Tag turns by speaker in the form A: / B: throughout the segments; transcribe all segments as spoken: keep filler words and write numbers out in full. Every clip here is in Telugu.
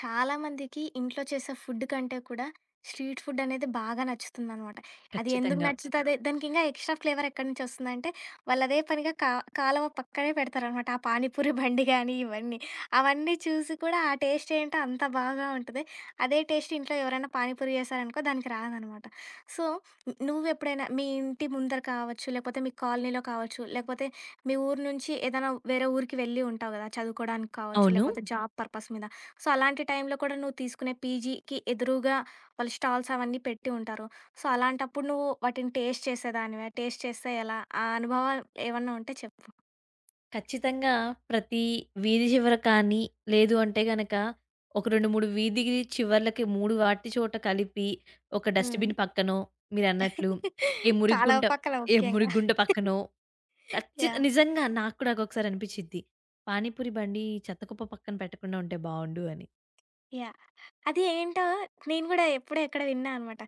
A: చాలా మందికి ఇంట్లో చేసే ఫుడ్ కంటే కూడా స్ట్రీట్ ఫుడ్ అనేది బాగా నచ్చుతుందనమాట. అది ఎందుకు
B: ఖచ్చితంగా.
A: నచ్చుతది దానికి ఇంకా ఎక్స్‌ట్రా ఫ్లేవర్ ఎక్కడి నుంచి వస్తుందంటే, వాళ్ళు అదే పనిగా కా కాలవ పక్కనే పెడతారనమాట. ఆ పానీపూరి బండి గాని ఇవన్నీ. అవన్నీ చూసి కూడా ఆ టేస్ట్ ఏంటో అంత బాగా ఉంటది. అదే టేస్ట్ ఇంట్లో ఎవరైనా పానీపూరి చేశారనుకో దానికి రాదనమాట. సో, నువ్వెప్పుడైనా మీ ఇంటి ముందర కావచ్చు, లేకపోతే మీ కాలనీలో కావచ్చు, లేకపోతే మీ ఊరు నుంచి ఏదైనా వేరే ఊరికి వెళ్ళి ఉంటావు కదా! చదువుకోవడానికి కావచ్చు,
B: అవును.
A: లేకపోతే జాబ్ పర్పస్ మీద. సో, అలాంటి టైంలో కూడా నువ్వు తీసుకునే పీజీకి ఎదురుగా వాళ్ళు స్టాల్స్ అవన్నీ పెట్టి ఉంటారు. సో, అలాంటప్పుడు నువ్వు వాటిని టేస్ట్ చేసేదానివా? టేస్ట్ చేస్తే ఎలా? ఆ అనుభవాలు ఏమన్నా ఉంటే చెప్పు?
B: ఖచ్చితంగా, ప్రతి వీధి చివర కానీ, లేదు అంటే గనక ఒక రెండు, మూడు వీధి చివర్లకి, మూడు వాటి చోట కలిపి ఒక
A: హ్మ్.
B: డస్ట్‌బిన్ పక్కనో, మీరన్నట్లు ఏ
A: కాలవ
B: మురిగుంట
A: పక్కల
B: ఏ
A: ముఖ్యంగా.
B: మురిగుంట పక్కనో. ఖచ్చి
A: యాహ్!
B: నిజంగా నాకు కూడా ఒకొక్కసారి అనిపిచ్చిద్ది. పానీపూరి బండి చెత్తకుప్ప పక్కన పెట్టకుండా ఉంటే బావుండు అని.
A: యాహ్! అది ఏంటో నేను గూడా ఎప్పుడో ఎక్కడ విన్నా అనమాట.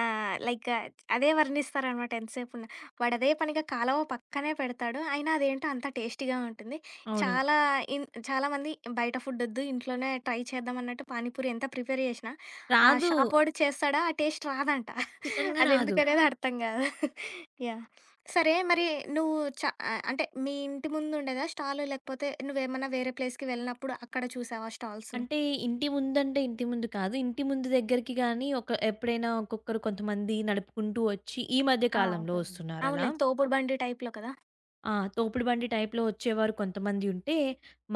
A: ఆహ్, లైక్ అదే వర్ణిస్తారనమాట ఎంతసేపున్నా. వాడదే పనిగా కాలవ పక్కనే పెడతాడు. అయినా అదేంటో అంత టేస్టీగా ఉంటుంది.
B: అవును.
A: చాలా ఇన్ చాలామంది బయట ఫుడ్డొద్దు ఇంట్లోనే ట్రై చేద్దాం అన్నట్టు పానీపూరి ఎంత ప్రిపేర్ చేషినా, ఆ
B: రాదు.
A: షాపోడు చేస్తాడా ఆ టేస్ట్ రాదంట.
B: ఖచ్చితంగా రాదు.
A: అదెందుకనేది అర్థం గాదు. యాహ్! సరే మరి నువ్వు చ ఆహ్, అంటే మీ ఇంటి ముందుండేదా స్టాలు? లేకపోతే నువ్వేమన్నా వేరే ప్లేస్‌కి వెళ్ళినప్పుడు అక్కడ చూసావా స్టాల్స్‌ని?
B: అంటే ఇంటి ముందంటే ఇంటి ముందు కాదు. ఇంటి ముందు దగ్గరికి గానీ ఒక ఎప్పుడైనా ఒక్కొక్కరు, కొంతమంది నడుపుకుంటూ వచ్చి ఈ మధ్య
A: ఆ!
B: కాలంలో
A: ఓకే. హ్మ్.
B: వస్తున్నారలా.
A: అవునులే. తోపుడు బండి టైప్‌లో కదా!
B: ఆ, తోపుడు బండి టైప్‌లో వచ్చేవారు కొంతమంది ఉంటే,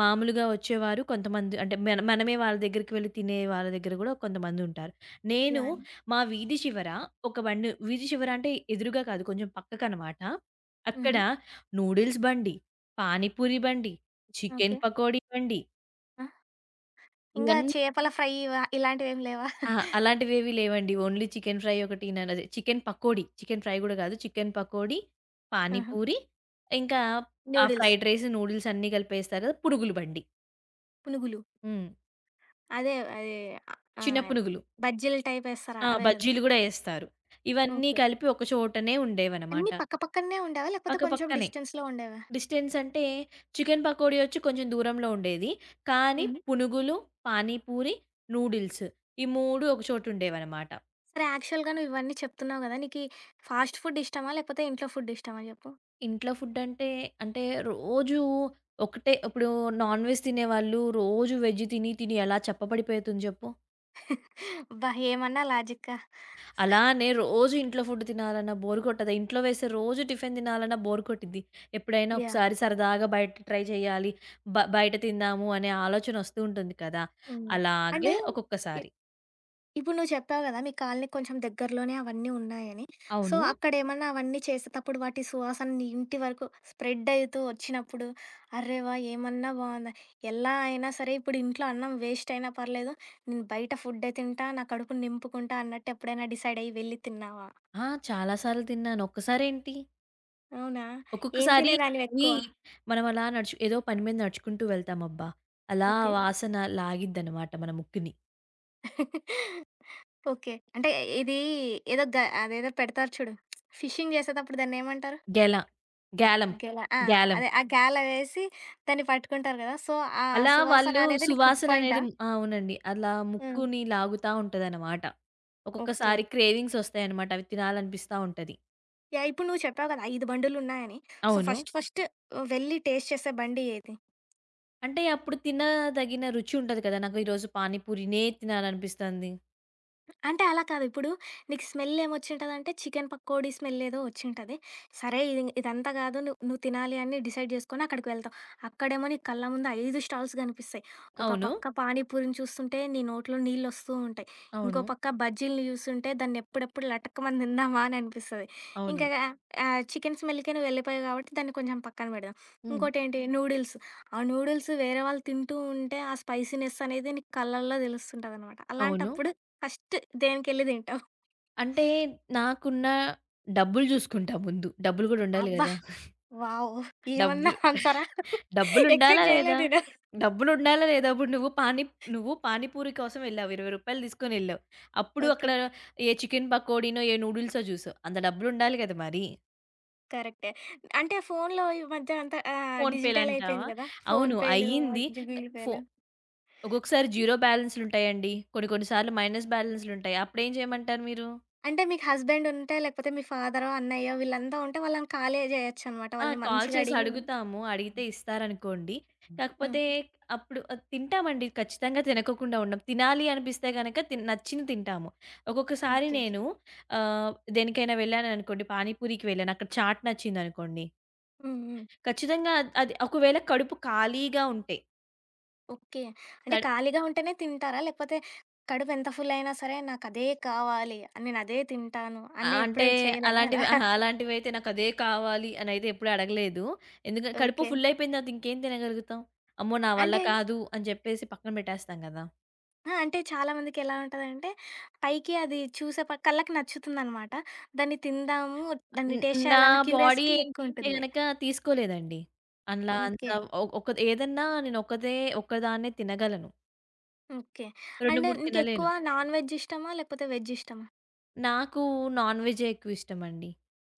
B: మామూలుగా వచ్చేవారు కొంతమంది అంటే మన మనమే వాళ్ళ దగ్గరికి వెళ్లి తినే వాళ్ళ దగ్గర గూడా కొంతమందుంటారు. నేను
A: యాహ్!
B: మా వీధి చివర ఒక బండి, వీధి చివర అంటే ఎదురుగా కాదు కొంచెం పక్కకనమాట. అక్కడ
A: హుహు.
B: నూడిల్స్ బండి, పానీపూరి బండి, చికెన్
A: ఓకే.
B: పకోడీ బండి,
A: ఆ! ఇంకా
B: ఇవన్నీ
A: చేపల ఫ్రై ఇవ ఇలాంటివేమి లేవా?
B: అహా! అలాంటివేవి లేవండి. ఓన్లీ చికెన్ ఫ్రై ఒకటి న అదే చికెన్ పకోడీ. చికెన్ ఫ్రై గూడా గాదు. చికెన్ పకోడీ,
A: ఆహా!
B: పానీపూరి, ఇంకా ఆ
A: నూడిల్స్,
B: ఫ్రైడ్ రైస్, నూడిల్స్ అన్నీ కలిపేస్తారు కదా. పునుగులు బండి.
A: పునుగులు
B: హ్మ్.
A: అదే అదే
B: చిన్న
A: ఆహ్,
B: పునుగులు.
A: బజ్జీలు టైప్ ఏస్తారా?
B: ఆ,
A: అవే కదా!
B: బజ్జీలు గూడా ఏస్తారు. ఇవన్నీ
A: ఓకే.
B: కలిపి ఒక చోటనే ఉండేవనమాట.
A: అన్నీ పక్క పక్కనే ఉండేవా? లేకపోతే కొంచెం
B: పక్కపక్కనే.
A: డిస్టెన్స్‌లో ఉండేవా?
B: డిస్టెన్స్ అంటే, చికెన్ పకోడీ వచ్చి కొంచెం దూరంలో ఉండేది. కానీ
A: హుహు.
B: పునుగులు, పానీపూరి, నూడిల్స్ ఈ మూడు ఒక చోటుండేవనమాట.
A: సరే యాక్చువల్‌గా నువ్వు ఇవన్నీ చెప్తున్నావు కదా! నీకీ ఫాస్ట్ ఫుడ్ ఇష్టమా? లేకపోతే ఇంట్లో ఫుడ్ ఇష్టమా చెప్పు?
B: ఇంట్లో ఫుడ్ అంటే, అంటే రోజు ఒకటే ఇప్పుడు, నాన్ వెజ్ తినేవాళ్ళు రోజు వెజ్ తిని, తిని ఎలా చెప్పబడిపోతుంది చెప్పు?
A: అబ్బా! ఏమన్నా లాజిక్కా.
B: అలానే రోజు ఇంట్లో ఫుడ్ తినాలన్నా బోర్ కొట్టదా? ఇంట్లో వేసే రోజు టిఫిన్ తినాలన్నా బోర్ కొట్టిద్ది. ఎప్పుడైనా
A: యాహ్!
B: ఒకసారి సరదాగా బయట ట్రై చేయాలి. బ బయట తిందాము అనే ఆలోచన వస్తూ ఉంటుంది కదా.
A: హ్మ్. అంటే
B: అలాగే
A: ఇ
B: ఒక్కొక్కసారి.
A: ఇప్పుడు నువ్వు చెప్పావు గదా! మీ కాలనీ కొంచెం దగ్గరలోనే అవన్నీ ఉన్నాయని. సో,
B: అవును.
A: అక్కడేమన్నా అవన్నీ చేసేటప్పుడు వాటి సువాసన నీ ఇంటి వరకు స్ప్రెడ్ అయితూ వచ్చినప్పుడు, అర్రె వాహ్! ఏమన్నా బావుందా! ఎలా అయినా సరే ఇప్పుడు ఇంట్లో అన్నం వేస్ట్ అయినా పర్లేదు. నేను బయట ఫుడ్డే తింటా. నా కడుపు నింపుకుంటా అన్నట్టు ఎప్పుడైనా డిసైడ్ అయ్యి వెళ్లి తిన్నావా?
B: ఆ, చాలా సార్లు తిన్నాను. ఒక్కసారేంటి?
A: అవునా? ఏం
B: ఒక్కొక్కసారి, అవి
A: తినేదానివెక్కువ?
B: మనం అలా నడుచు ఏదో పని మీద నడుచుకుంటూ వెళ్తాం అబ్బా. అలా
A: ఓకే.
B: వాసన లాగిద్దనమాట మన ముక్కుని.
A: ఓకే. అంటే ఇది ఏదో గ అదేదో పెడతారు చూడు. ఫిషింగ్ చేసేతప్పుడు దాన్నేమంటారు?
B: గెల, గ్యాలం,
A: గెల ఆ!
B: గ్యాలం.
A: అదే ఆ గాల వేసి దాన్ని పట్టుకుంటారు గదా! సో, ఆ
B: అలా
A: సువాసన
B: వాళ్ళు
A: అనేది నీకు హుక్
B: సువాసన
A: పాయింటా?
B: అనేది మ్- ఆ, అవునండి. అలా
A: హ్మ్.
B: ముక్కుని లాగుతా ఉంటదనమాట.
A: ఓకే.
B: ఒక్కొక్కసారి క్రేవింగ్స్ ఒస్తాయనమాట. అవి తినాలనిపిస్తా ఉంటది.
A: యాహ్! ఇప్పుడు నువ్వు చెప్పావు గదా! ఐదు బండులున్నాయని. సో,
B: అవును.
A: ఫస్ట్ ఫస్ట్ వెళ్ళి టేస్ట్ చేసే బండి ఏది?
B: అంటే అప్పుడు తినదగిన రుచి ఉంటది కదా. నాకు ఈరోజు పానీ పూరినే తినాలనిపిస్తంది.
A: అంటే అలా కాదు. ఇప్పుడు నీకు స్మెల్ ఏమొచ్చింటదంటే చికెన్ పకోడీ స్మెల్ ఏదో వచ్చింటది. సరే ఇది ఇదంతా కాదు నువ్వు నువ్వు తినాలి అని డిసైడ్ చేసుకొని అక్కడికి వెళ్తావు. అక్కడేమో నీ కళ్ళ ముందు ఐదు స్టాల్స్ కనిపిస్తాయి. ఒక
B: అవును.
A: పక్క పానీపూరిని చూస్తుంటే నీ నోట్లో నీళ్ళొస్తూ ఉంటాయి.
B: అవును.
A: ఇంకో పక్క బజ్జీలని చూస్తుంటే దాన్ని ఎప్పుడెప్పుడు లటక్కుమని తిందామా అని అనిపిస్తది.
B: అవును.
A: ఇంకా ఆహ్, చికెన్ స్మెల్‌కే నువ్వు వెళ్ళిపోయావు కాబట్టి దాన్ని కొంచెం పక్కన పెడదాం.
B: హ్మ్.
A: ఇంకోటేంటి నూడిల్స్. ఆ నూడిల్స్ వేరే వాళ్ళు తింటూ ఉంటే ఆ స్పైసీనెస్ అనేది నీ కళ్ళల్లో తెలుస్తుంటదనమాట.
B: అవును.
A: అలాంటప్పుడు ఫస్ట్ దేనికెళ్ళి తింటావు?
B: అంటే నాకున్న డబ్బులు జూసుకుంటా ముందు. డబ్బులు గూడా ఉండాలి
A: అబ్బా!
B: గదా.
A: వావ్! ఏమన్నా
B: డబ్బులు
A: ఆన్సరా?
B: డబ్బులుండాలా
A: ఎక్స్‌పెక్ట్ జేయలే
B: లేదా?
A: నేను.
B: డబ్బులుండాలా లేదా? ఇప్పుడు నువ్వు పానీ నువ్వు పానీపూరి కోసం వెళ్ళావు. రూ. ఇరవై తీసుకొనెళ్ళావు. అప్పుడు అక్కడ
A: ఓకే.
B: ఏ చికెన్ పకోడీనో, ఏ నూడిల్సో జూసావు. అంత డబ్బులుండాలి గదా మరి.
A: కరెక్టే. అంటే ఫోనులో ఈ మధ్య అంతా ఆహ్, డిజిటల్
B: ఫోన్‌పేలంటావా?
A: అయిపోయింది గదా! ఫోన్
B: అవును.
A: పేలు,
B: అయ్యింది. క
A: గూగుల్
B: ఫో
A: పేలు.
B: ఒక్కొక్కసారి జీరో బ్యాలెన్స్‌లుంటాయండి. కొన్ని కొన్ని సార్లు మైనస్ బ్యాలెన్స్‌లుంటాయి. అప్పుడేం చేయమంటారు మీరు?
A: అంటే మీకు హస్బెండ్ ఉంటే లేకపోతే మీ ఫాదరో, అన్నయ్యో వీళ్ళంతా ఉంటే వాళ్ళని కాలే జేయొచ్చనమాట.
B: ఆ,
A: వాళ్ళని
B: కాల్
A: మంచిగా
B: చేసి
A: అడిగి
B: అడుగుతాము. అడిగితే ఇస్తారనుకోండి.
A: హ్మ్.
B: కాకపోతే అప్పుడు ఆహ్, తింటామండి. ఖచ్చితంగా తినకోకుండా ఉండం. తినాలి అనిపిస్తే గనక తిన్ నచ్చింది తింటాము. ఒక్కొక్కసారి
A: ఓకే.
B: నేను ఆహ్, దేనికైనా వెళ్ళాననుకోండి, పానీపూరికి వెళ్ళాను. అక్కడ చాట్ నచ్చిందనుకోండి.
A: హ్మ్. హ్మ్.
B: ఖచ్చితంగా అద్ అది ఒకవేళ కడుపు ఖాళీగా ఉంటే
A: ఓకే. అంటే
B: కడ్
A: ఖాళీగా ఉంటేనే తింటారా? లేకపోతే కడుపు ఎంత ఫుల్ అయినా సరే నాకదే కావాలి, నేను అదే తింటాను అన్న
B: ఆహ్, అంటే
A: ఎప్పుడు చేయలేదా
B: అలాంటివి,
A: అలా?
B: అహా, అలాంటివైతే నాకదే కావాలి అనైతే ఎప్పుడు అడగలేదు. ఎందుకంటే కడుపు
A: ఓకే.
B: ఫుల్ అయిపోయిన తర్వాత ఇంకేం తినగలుగుతాం? అమ్మో, నా వల్ల
A: అంటే
B: కాదు అని చెప్పేసి పక్కన పెట్టేస్తాం గదా.
A: ఆ! అంటే చాలామందికి ఎలా ఉంటదంటే, పైకి అది చూసే ప కళ్ళకి నచ్చుతుందనమాట. దాన్ని తిందాము, దాన్ని
B: హ్మ్.
A: టేస్ట్
B: నా
A: చేయాలన్న
B: బాడీ
A: క్యూరియాసిటీ
B: ఏంటంటే
A: ఎక్కువుంటుంది.
B: గనక తీసుకోలేదండి. అలా అంత
A: ఓకే.
B: ఒ ఒక ఏదన్నా నేను ఒకదే ఒక్కదాన్నే తినగలను.
A: ఓకే.
B: రెండు,
A: అండ్
B: మూడు తినలేను.
A: నీకెక్కువ నాన్ వెజ్ ఇష్టమా? లేకపోతే వెజ్ ఇష్టమా?
B: నాకు నాన్ వెజ్జే ఎక్కువ ఇష్టమండి.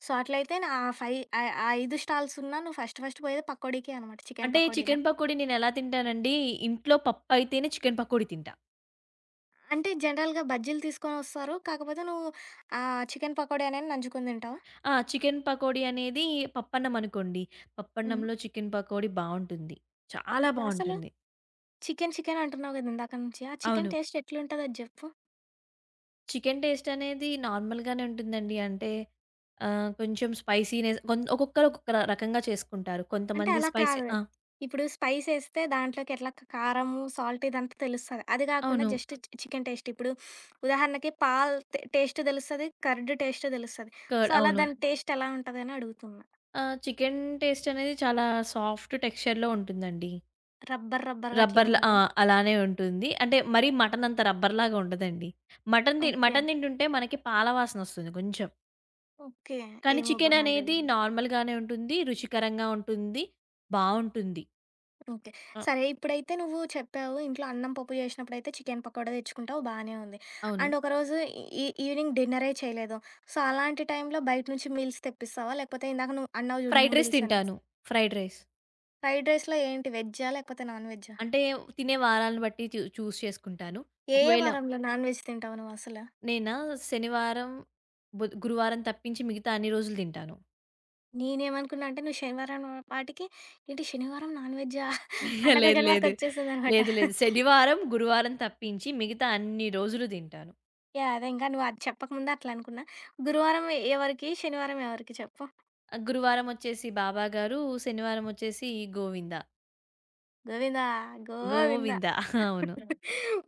A: సో, అట్లయితే నా ఆ ఫై ఆహ్, ఆ ఐదు స్టాల్స్ ఉన్నా నువ్వు ఫస్ట్ ఫస్ట్ పోయేది పకోడీకే అనమాట. చికెన్
B: అంటే
A: పకోడీనా?
B: చికెన్ పకోడీ నేనెలా తింటానండి, ఇంట్లో పప్పయితేనే చికెన్ పకోడీ తింటా.
A: అంటే జనరల్‌గా బజ్జీలు తీసుకొనొస్తారు. కాకపోతే నువ్వు ఆహ్, చికెన్ పకోడీ అనేది నంచుకొని తింటావా?
B: ఆ, చికెన్ పకోడీ అనేది పప్పన్నం అనుకోండి,
A: హ్మ్.
B: పప్పన్నంలో చికెన్ పకోడీ బావుంటుంది. చాలా
A: ఓకే. అసలు
B: బావుంటుంది.
A: చికెన్ చికెన్ అంటున్నావు కదా! ఇందాక నుంచి. ఆ చికెన్
B: అవును.
A: టేస్ట్ ఎట్లుంటదో అది జెప్పు?
B: చికెన్ టేస్ట్ అనేది నార్మల్‌గానే ఉంటుందండి. అంటే ఆహ్, కొంచెం స్పైసీనెస్, కొన్ ఒక్కొక్కరు ఒక్కొక్క ర రకంగా చేసుకుంటారు.
A: అంటే
B: కొంతమంది
A: అలా
B: స్పైసీ.
A: కాదు.
B: ఆ,
A: ఇప్పుడు స్పైసేస్తే దాంట్లోకి ఎట్లా క కారము, సాల్ట్ ఇదంతా తెలుస్తది. అది గాకుండా
B: అవును.
A: జస్ట్ చి చికెన్ టేస్ట్. ఇప్పుడు ఉదాహరణకి పాల్ టే టేస్ట్ దెలుస్తది. కర్డ్ టేస్ట్ దెలుస్తది. సో,
B: కర్డ్,
A: అలా
B: అవును.
A: దాని టేస్ట్ ఎలా ఉంటదని అడుగుతున్నా.
B: ఆహ్, చికెన్ టేస్ట్ అనేది చాలా సాఫ్ట్ టెక్స్చర్‌లో ఉంటుందండి.
A: రబ్బర్ రబ్బర్‌గా అట్లేం
B: రబ్బర్‌లా? ఆ,
A: ఉండదా?
B: అలానే ఉంటుంది. అంటే మరీ మటన్ అంత రబ్బర్‌లాగా ఉండదండి. మటన్ తి
A: ఓకే.
B: మటన్ తింటుంటే మనకి పాల వాసన వస్తుంది కొంచెం.
A: ఓకే.
B: కానీ
A: ఏమోబ్బా!
B: చికెన్
A: నాకు
B: అనేది
A: దెలీదు.
B: నార్మల్‌గానే ఉంటుంది. రుచికరంగా ఉంటుంది. బావుంటుంది.
A: ఓకే.
B: ఆ,
A: సరే ఇప్పుడైతే నువ్వు చెప్పావు ఇంట్లో అన్నం, పప్పు జేసినప్పుడైతే చికెన్ పకోడా దెచ్చుకుంటావు బానే ఉంది.
B: అవును.
A: అండ్ ఒకరోజు ఈ ఈవినింగ్ డిన్నరే చేయలేదు. సో, అలాంటి టైంలో బయట నుంచి మీల్స్ తెప్పిస్తావా? లేకపోతే ఇందాక నువ్వు అన్నావు జూడు
B: ఫ్రైడ్ రైస్
A: నూడిల్స్ అని.
B: తింటాను. Fried rice.
A: ఫ్రైడ్ రైస్‌లో ఏంటి వెజ్జా? లేకపోతే నాన్ వెజ్జా?
B: అంటే తినే వారాలను బట్టి చూ చూస్ చేసుకుంటాను.
A: ఏ ఏ
B: ఒకవేళ
A: వారంలో నాన్ వెజ్ తింటావు నువ్వసల?
B: నేనా, శనివారం, బుధ గురువారం తప్పించి మిగతా అన్ని రోజులు తింటాను.
A: నేనేమనుకున్నా అంటే నువ్వు శనివారం పాటికి ఏంటి శనివారం నాన్ వెజ్జా? అన్న
B: లేదు,
A: క్వెషన్ మార్క్
B: లేదు.
A: వచ్చేసిందనమాట.
B: లేదు, లేదు. శనివారం, గురువారం తప్పించి మిగతా అన్ని రోజులు తింటాను.
A: యాహ్! అదే ఇంకా నువ్వు అది చెప్పకముందే అట్లా అనుకున్నా. గురువారం ఎవరికి? శనివారం ఎవరికి చెప్పు?
B: ఆహ్, గురువారం వచ్చేసి బాబాగారు, శనివారం వచ్చేసి గోవింద.
A: గోవిందా! గోవిందా!
B: గోవింద. అవును.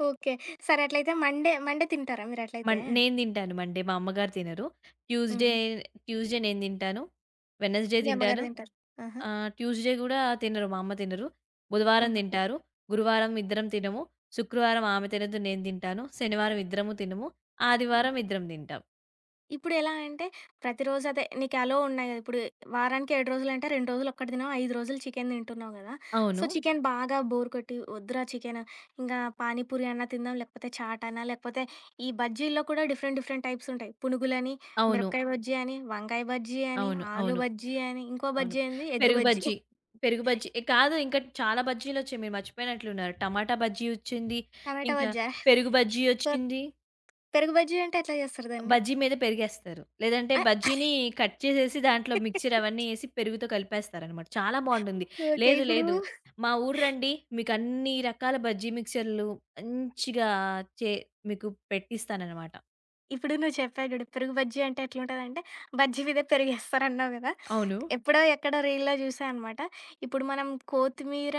A: ఓకే. సరే అట్లయితే మండే మండే తింటారా మీరట్లయితే?
B: మన్ నేను తింటాను మండే. మా అమ్మగారు తినరు. ట్యూస్‌డే
A: హుహు.
B: ట్యూస్‌డే నేను తింటాను. వెడ్నెస్‌డే
A: మీ
B: తింటాను.
A: అమ్మగారు తింటారు. ఆహా!
B: ఆ, ట్యూస్‌డే గూడా తినరు. మా అమ్మ తినరు. బుధవారం
A: ఆహా! ఓకే.
B: తింటారు. గురువారం ఇద్దరం తినము. శుక్రవారం ఆమె తినదు, నేను తింటాను. శనివారం ఇద్దరము తినము. ఆదివారం
A: ఓకే.
B: ఇద్దరం తింటాం.
A: ఇప్పుడెలా అంటే, ప్రతిరోజు అదే నీకు అలో ఉన్నాయి గదా! ఇప్పుడు వారానికి ఏడు రోజులంటే రెండు రోజులు ఒక్కటి తినవు, ఐదు రోజులు చికెన్ తింటున్నావు గదా! సో,
B: అవును.
A: చికెన్ బాగా బోర్ కొట్టి వద్దురా చికెను, ఇంకా పానీపూరి అన్నా తిందాం, లేకపోతే చాట్ అన్నా, లేకపోతే ఈ బజ్జీల్లో కూడా డిఫరెంట్ డిఫరెంట్ టైప్స్ ఉంటాయి. పునుగులని,
B: అవును.
A: మిరపకాయ బజ్జీ అని, వంకాయ బజ్జీ అని,
B: అవును.
A: ఆలు
B: అవును.
A: బజ్జీ అని, ఇంకో
B: అవును.
A: బజ్జీ ఏంది ఎగ్
B: పెరుగు
A: బజ్జీ,
B: బజ్జీ. పెరుగు బజ్జీ ఎ కాదు, ఇంకా చాలా బజ్జీలొచ్చాయి. మీరు మర్చిపోయినట్లున్నారు. టమాటా బజ్జీ వచ్చింది.
A: టమాటా
B: ఇంకా
A: బజ్జా?
B: పెరుగు బజ్జీ వచ్చింది.
A: పెరుగు బజ్జీ అంటే ఎట్లా చేస్తారు దాన్ని?
B: బజ్జీ మీద పెరిగేస్తారు. లేదంటే బజ్జీని కట్ చేసేసి దాంట్లో మిక్స్చర్ అవన్నీ ఏసి పెరుగుతో కలిపేస్తారనమాట. చాలా బావుంటుంది.
A: ఓకే.
B: లేదు,
A: ఇప్పుడు
B: లేదు. మా ఊరు రండి. మీకన్ని రకాల బజ్జీ మిక్స్చర్‌లు మంచిగా చే మీకు పెట్టిస్తాననమాట.
A: ఇప్పుడు నువ్వు చెప్పావు చూడు. పెరుగు బజ్జీ అంటే ఎట్లుంటదంటే, బజ్జీ మీద పెరుగేస్తారన్నావు గదా!
B: అవును.
A: ఎప్పుడో ఎక్కడో రీల్‌లో చూసా అనమాట. ఇప్పుడు మనం కొత్తిమీర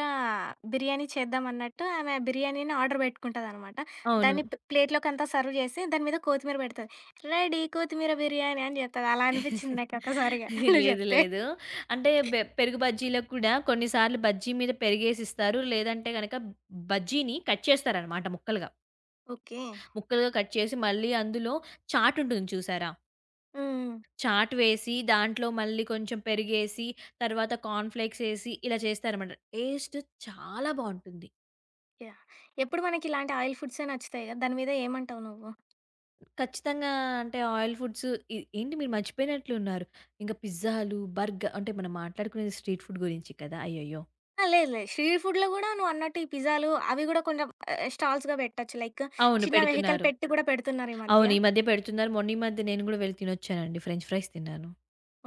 A: బిర్యానీ చేద్దామన్నట్టు ఆమె బిర్యానీని ఆర్డర్ పెట్టుకుంటదనమాట.
B: అవును.
A: దాన్ని ప్ ప్లేట్‌లోకంతా సర్వ్ చేసి, దాని మీద కొత్తిమీర పెడతది. రెడీ కొత్తిమీర బిర్యానీ అని చెప్తది. అలా అనిపిచ్చింది నాకొక్కసారిగా నువ్వు
B: లేదు,
A: చెప్తే.
B: లేదు. అంటే బె పెరుగు బజ్జీలో కూడా కొన్ని సార్లు బజ్జీ మీద పెరిగేసిస్తారు. లేదంటే గనక బజ్జీని కట్ చేస్తారనమాట ముక్కలుగా.
A: ఓకే.
B: ముక్కలుగా కట్ చేసి మళ్ళీ అందులో చాటుంటుంది చూసారా?
A: హ్మ్.
B: చాట్ వేసి, దాంట్లో మళ్ళీ కొంచెం పెరుగేసి, తర్వాత కార్న్ ఫ్లేక్స్ ఏసి ఇలా చేస్తారనమాట. టేస్ట్ చాలా బావుంటుంది.
A: యాహ్! ఎప్పుడు మనకిలాంటి ఆయిల్ ఫుడ్సే నచ్చుతాయి కదా! దాని మీద ఏమంటావు నువ్వు?
B: ఖచ్చితంగా అంటే ఆయిల్ ఫుడ్స్, ఇ ఏంటి మీరు మర్చిపోయినట్లున్నారు. ఇంక పిజ్జాలు, బర్గ అంటే మనం మాట్లాడుకునేది స్ట్రీట్ ఫుడ్ గురించి కదా. అయ్యయ్యో.
A: ఆ! లేదు లేదు. స్ట్రీట్ ఫుడ్‌లో గూడా నువ్వన్నట్టు ఈ పిజ్జాలు అవి గూడా కొంచెం ఆహ్, స్టాల్స్‌గా పెట్టొచ్చు. లైక్
B: అవును.
A: చిన్న వెహికల్
B: పెడుతున్నారు.
A: పెట్టి గూడా పెడుతున్నారు ఈ
B: అవును.
A: మధ్య.
B: ఈ మధ్య పెడుతున్నారు. మొన్న ఈ మధ్య నేను గూడా వెళ్లి తినొచ్చానండి. ఫ్రెంచ్ ఫ్రైస్ తిన్నాను.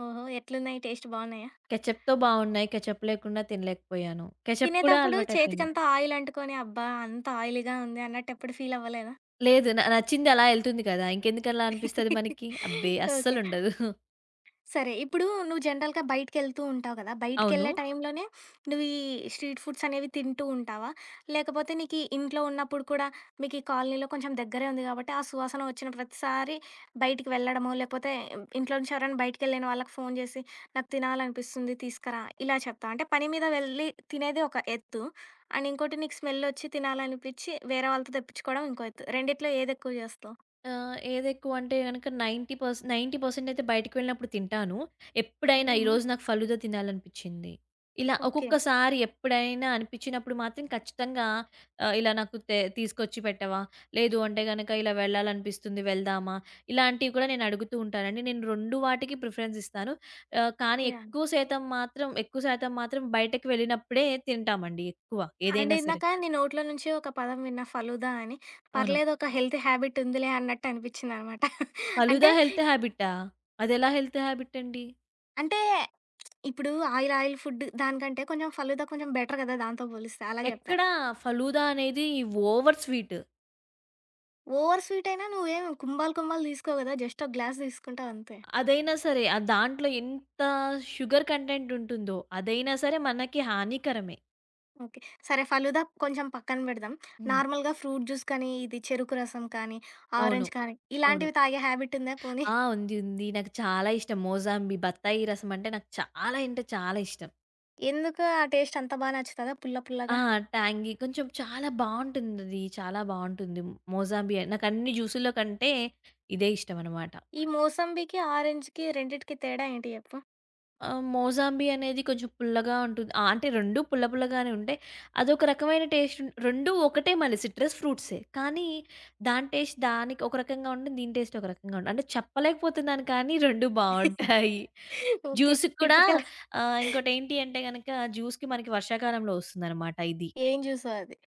A: ఓహో! ఎట్లున్నాయి టేస్ట్ బావున్నాయా?
B: కెచప్‌తో బావున్నాయి. కెచప్ లేకుండా తినలేకపోయాను. కెచప్ కూడా
A: తినేతప్పుడు
B: అలవాటయిపోయింది.
A: చేతికంతా ఆయిల్ అంటుకొని, అబ్బా! అంత ఆయిలీగా ఉంది అన్నట్టు ఎప్పుడు ఫీల్ అవ్వలేదా?
B: లేదు. న నచ్చింది అలా ఎళ్తుంది కదా. ఇంకెందుకలా అనిపిస్తది మనకి? అబ్బే,
A: ఓకే.
B: అస్సలుండదు.
A: సరే. ఇప్పుడు నువ్వు జనరల్‌గా బయటికెళ్తూ ఉంటావు కదా!
B: అవును.
A: బయటికెళ్ళే టైంలోనే నువ్వు ఈ స్ట్రీట్ ఫుడ్స్ అనేవి తింటూ ఉంటావా? లేకపోతే నీకీ ఇంట్లో ఉన్నప్పుడు కూడా మీకీ కాలనీలో కొంచెం దగ్గరే ఉంది కాబట్టి, ఆ సువాసన వచ్చిన ప్రతిసారి బయటికి వెళ్ళడమో, లేకపోతే ఇంట్లో నుంచి ఎవరైనా బయటికెళ్ళిన వాళ్ళకి ఫోను చేసి, నాకు తినాలనిపిస్తుంది తీసుకురా ఇలా చెప్తావా? అంటే పని మీద వెళ్ళి తినేది ఒక ఎత్తు. అండ్ ఇంకోటి నీకు స్మెల్లొచ్చి తినాలనిపిచ్చి వేరే వాళ్ళతో తెప్పించుకోవడం ఇంకో ఎత్తు. రెండిట్లో ఏదెక్కువ చేస్తావు?
B: ఆహ్, ఏదెక్కువంటే గనక తొంభై పర్స్ తొంభై శాతం అయితే బయటికి వెళ్ళినప్పుడు తింటాను. ఎప్పుడైనా
A: హుహు.
B: ఈరోజు నాకు ఫలూదా తినాలనిపిచ్చింది. ఇలా
A: ఓకే.
B: ఒక్కొక్కసారి ఎప్పుడైనా అనిపిచ్చినప్పుడు మాత్రం ఖచ్చితంగా ఆహ్, ఇలా నాకు తె తీసుకొచ్చి పెట్టవా? లేదు అంటే గనక ఇలా వెళ్ళాలనిపిస్తుంది, వెళ్దామా? ఇలాంటివి కూడా నేను అడుగుతూ ఉంటానండి. నేను రెండు వాటికి ప్రిఫరెన్స్ ఇస్తాను. ఆహ్, కానీ
A: యాహ్!
B: ఎక్కువ శాతం మాత్రం ఎక్కువ శాతం మాత్రం బయటకి వెళ్ళినప్పుడే తింటామండి ఎక్కువ.
A: అంటే
B: ఏదైనా సరే.
A: ఇందాక నీ నోట్లో నుంచి ఒక పదం విన్నా ఫలుదా అని.
B: అవును.
A: పర్లేదు ఒక హెల్తీ హ్యాబిట్ ఉందిలే అన్నట్టు అనిపించిందనమాట. అంటే
B: ఫలూదా హెల్త్ హాబిటా? అదెలా హెల్త్ హాబిటండి?
A: అంటే ఇప్పుడు ఆయిల్, ఆయిల్ ఫుడ్ దానికంటే కొంచెం ఫలుదా కొంచెం బెటర్ కదా దాంతో పోలిస్తే అలా చెప్పా.
B: ఎక్కడ ఫలూదా అనేది ఓవర్ స్వీట్.
A: ఓవర్ స్వీట్ అయినా నువ్వేం కుంభాలు, కుంభాలు తీసుకోవు కదా జస్ట్ ఒక గ్లాస్ తీసుకుంటావు అంతే.
B: అదైనా సరే, ఆ దాంట్లో ఎంత షుగర్ కంటెంట్ ఉంటుందో, అదైనా సరే మనకి హానికరమే.
A: ఓకే. సరే ఫలుదా కొంచెం పక్కన పెడదాం.
B: హ్మ్.
A: నార్మల్‌గా ఫ్రూట్ జ్యూస్ కానీ, ఇది చెరుకు రసం కానీ,
B: అవును.
A: ఆరెంజ్ కానీ
B: అవును.
A: ఇలాంటివి తాగే హ్యాబిట్ ఉందా పోనీ?
B: ఆ, ఉంది. ఉంది. నాకు చాలా ఇష్టం. మోజాంబి, బత్తాయి రసం అంటే నాకు చాలా, అంటే చాలా ఇష్టం.
A: ఎందుకు ఆ టేస్ట్ అంత బాగా నచ్చుతదా పుల్ల
B: ఆ,
A: పుల్లగా?
B: టాంగీ కొంచెం, చాలా బావుంటుందది. చాలా బావుంటుంది. మోజాంబి నాకు అన్ని జ్యూసుల్లో కంటే ఇదే ఇష్టమనమాట.
A: ఈ మోసంబికి, ఆరెంజ్‌కి రెండిటికి తేడా ఏంటి చెప్పు?
B: ఆ, మోజాంబీ అనేది కొంచెం పుల్లగా ఉంటుంది. ఆ, అంటే రెండూ పుల్ల పుల్లగానే ఉంటాయి. అదొక రకమైన టేస్ట్. ఉన్ రెండూ ఒకటే మళ్ళీ, సిట్రస్ ఫ్రూట్సే. కానీ దాని టేస్ట్ దానికి ఒక రకంగా ఉంటుంది. దీని టేస్ట్ ఒక రకంగా ఉంటుంది. అంటే చెప్పలేకపోతున్నాను కానీ రెండూ బావుంటాయి.
A: ఓకే.
B: జ్యూస్‌కి కూడా
A: టిపికల్
B: ఆహ్, ఇంకోటేంటి అంటే గనక జ్యూస్‌కి మనకి వర్షాకాలంలో వస్తుందనమాట ఇది.
A: ఏం జ్యూసో అది.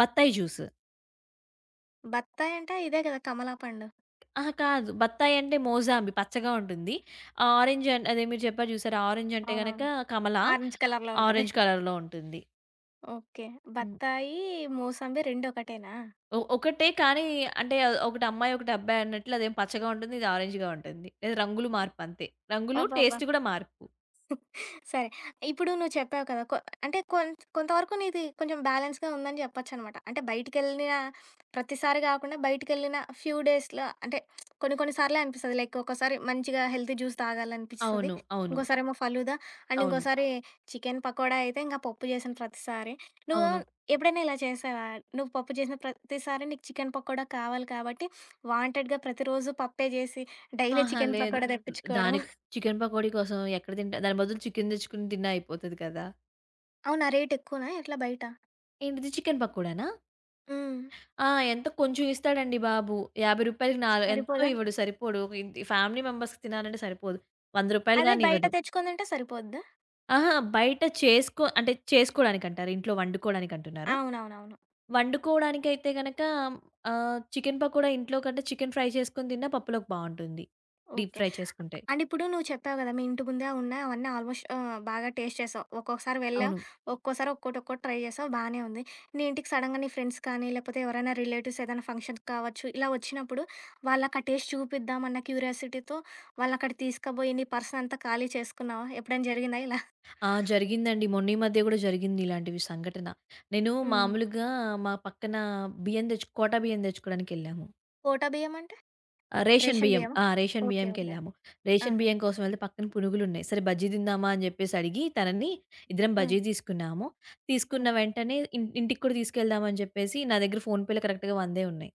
B: బత్తాయి జ్యూస్.
A: బత్తాయి అంటే ఇదే కదా! కమలా పండు.
B: అహా, కాదు. బత్తాయి అంటే మోజాంబీ, పచ్చగా ఉంటుంది. ఆరెంజ్ అన్ అదే మీరు చెప్పారు చూసారా? ఆరెంజ్ అంటే గనక
A: అవునవును.
B: కమల,
A: ఆరెంజ్ కలర్‌లో ఉంటది.
B: ఆరెంజ్ కలర్‌లో ఉంటుంది.
A: ఓకే.
B: హ్మ్.
A: బత్తాయి, మోసంబి రెండూ ఒకటేనా?
B: ఒ ఒకటే కానీ అంటే, అ- ఒకటి అమ్మాయి, ఒకటి అబ్బాయి అన్నట్లు అదేం పచ్చగా ఉంటుంది. ఇది ఆరెంజ్‌గా ఉంటుంది. లేదా రంగులు మార్పు అంతే. రంగులు,
A: అబ్బబ్బా!
B: టేస్ట్ కూడా మార్పు.
A: సరే. ఇప్పుడు నువ్వు చెప్పావు కదా! కొ అంటే కొంత్ కొంతవరకు నీది కొంచెం బ్యాలెన్స్‌గా ఉందని చెప్పొచ్చనమాట. అంటే బయటికెళ్ళిన ప్రతిసారి గాకుండా బయటికెళ్ళిన ఫ్యూ డేస్‌లో అంటే కొన్ని కొన్ని సార్లే అనిపిస్తది. లైక్ ఒక్కోసారి మంచిగా హెల్తీ జ్యూస్ తాగాలనిపిస్తది.
B: అవును. అవును.
A: ఇంకోసారేమో ఫలూదా అండ్
B: అవును.
A: ఇంకోసారి చికెన్ పకోడా అయితే ఇంకా పప్పు చేసిన ప్రతిసారి. నువ్వు
B: అవును.
A: ఎప్పుడైనా ఇలా చేసావా? నువ్వు పప్పు చేసిన ప్రతిసారి నీకు చికెన్ పకోడా కావాలి కాబట్టి వాంటెడ్‌గా ప్రతిరోజు పప్పే చేసి డైలీ
B: ఆహా!
A: చికెన్
B: లేదు.
A: పకోడా తెప్పించుకోవడం.
B: దానికి చికెన్ పకోడీ కోసం ఎక్కడ తింటా? దాని బదులు చికెన్ తెచ్చుకొని తిన్నా అయిపోతది కదా.
A: అవునా! రేట్ ఎక్కువనా ఎట్లా బయట?
B: ఏంటిది, చికెన్ పకోడానా?
A: హ్మ్.
B: ఆ, ఎంతో కొంచెం ఇస్తాడండి బాబు. రూ. 50కి నాలు ఎంతో
A: సరిపోదా?
B: ఇవ్వడు, సరిపోడు. ఒక ఇద్ ఫ్యామిలీ మెంబర్స్‌కి తినాలంటే సరిపోదు. రూ. వంద
A: అదే
B: గాని
A: బయట
B: ఇవ్వదు.
A: తెచ్చుకొని తింటే సరిపోద్దా?
B: అహా, బయట చేసుకో అంటే చేసుకోడానికంటారా? ఇంట్లో వండుకోడానికంటున్నారా?
A: అవునవునవును.
B: వండుకోవడానికైతే గనక ఆహ్, చికెన్ పకోడా ఇంట్లో కంటే చికెన్ ఫ్రై చేసుకొని తిన్నా పప్పులోకి బావుంటుంది. Deep
A: okay.
B: ఫ్రై చేసుకుంటే.
A: అండ్ ఇప్పుడు నువ్వు చెప్పావు గదా! మీ ఇంటి ముందే ఉన్నాయి అవన్నీ ఆల్మోస్ట్ ఆహ్, బాగా టేస్ట్ చేసావు. ఒక్కొక్కసారి వెళ్ళావు,
B: అవును.
A: ఒక్కోసారి ఒక్కోటి ఒక్కోటి ట్రై చేసావు బానే ఉంది. నీ ఇంటికి సడెన్‌గా నీ ఫ్రెండ్స్ కానీ, లేకపోతే ఎవరైనా రిలేటివ్స్ ఏదైనా ఫంక్షన్ కావచ్చు, ఇలా వచ్చినప్పుడు వాళ్ళకి ఆ టేస్ట్ చూపిద్దామన్న క్యూరియాసిటీతో వాళ్ళనక్కడికి తీసుకుపోయి నీ పర్సన్ అంతా ఖాళీ చేసుకున్నావా? ఎప్పుడైనా జరిగిందా ఇలా?
B: ఆ, జరిగిందండి. మొన్న ఈ మధ్య గూడా జరిగింది, ఇలాంటివి సంఘటన. నేను
A: హ్మ్.
B: మామూలుగా మా పక్కన బియ్యం తెచ్చు కోటా బియ్యం తెచ్చుకోవడానికెళ్ళాము.
A: కోటా బియ్యం అంటే?
B: ఆ, రేషన్
A: రేషన్
B: బియ్యం.
A: బియ్యమా?
B: ఆ, రేషన్
A: ఓకే. ఓకే.
B: బియ్యంకెళ్ళాము.
A: ఆ!
B: రేషన్ బియ్యం కోసం వెళ్తే పక్కన పునుగులున్నాయి. సరే బజ్జీ తిందామా అని జెప్పేసి అడిగి తనని, ఇద్దరం
A: హ్మ్.
B: బజ్జీ తీసుకున్నాము.
A: హ్మ్.
B: తీసుకున్న వెంటనే ఇన్ ఇంటికి కూడా తీసుకెళ్దాం అని జెప్పేసి నా దగ్గర ఫోన్‌పేలో కరెక్ట్‌గా వంద ఉన్నాయి.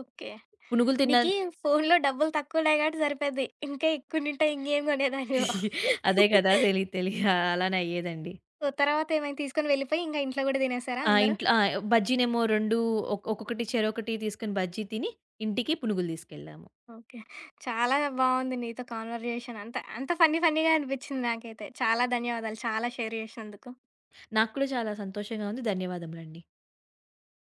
A: ఓకే.
B: పునుగులు తిన్నా.
A: నీకీ ఫోనులో డబ్బులు తక్కువున్నాయి గాబట్టి సరిపోద్ది. ఇంకా ఎక్కువుండింటే ఇంగేం కొనేదానివో.
B: అదే కదా. తెలి తెలి అలానే అయ్యేదండి.
A: సో, తర్వాతేమైంది తీసుకొని వెళ్ళిపోయి ఇంక ఇంట్లో గూడా తినేసారా
B: ఆ,
A: అందరూ?
B: ఇంట్లో ఆ, బజ్జీనేమో రెండు, ఒక్ ఒక్కొక్కటి చెరొకటి తీసుకొని బజ్జీ తిని ఇంటికి పునుగులు తీసుకెళ్ళాము.
A: ఓకే. చాలా బావుంది నీతో కాన్వర్జేషన్. అంత అంత ఫన్నీ ఫన్నీగా అనిపిచ్చింది నాకైతే. చాలా ధన్యవాదాలు. చాలా షేర్ జేసినందుకు.
B: నాకు కూడా చాలా సంతోషంగా ఉంది. ధన్యవాదములండి.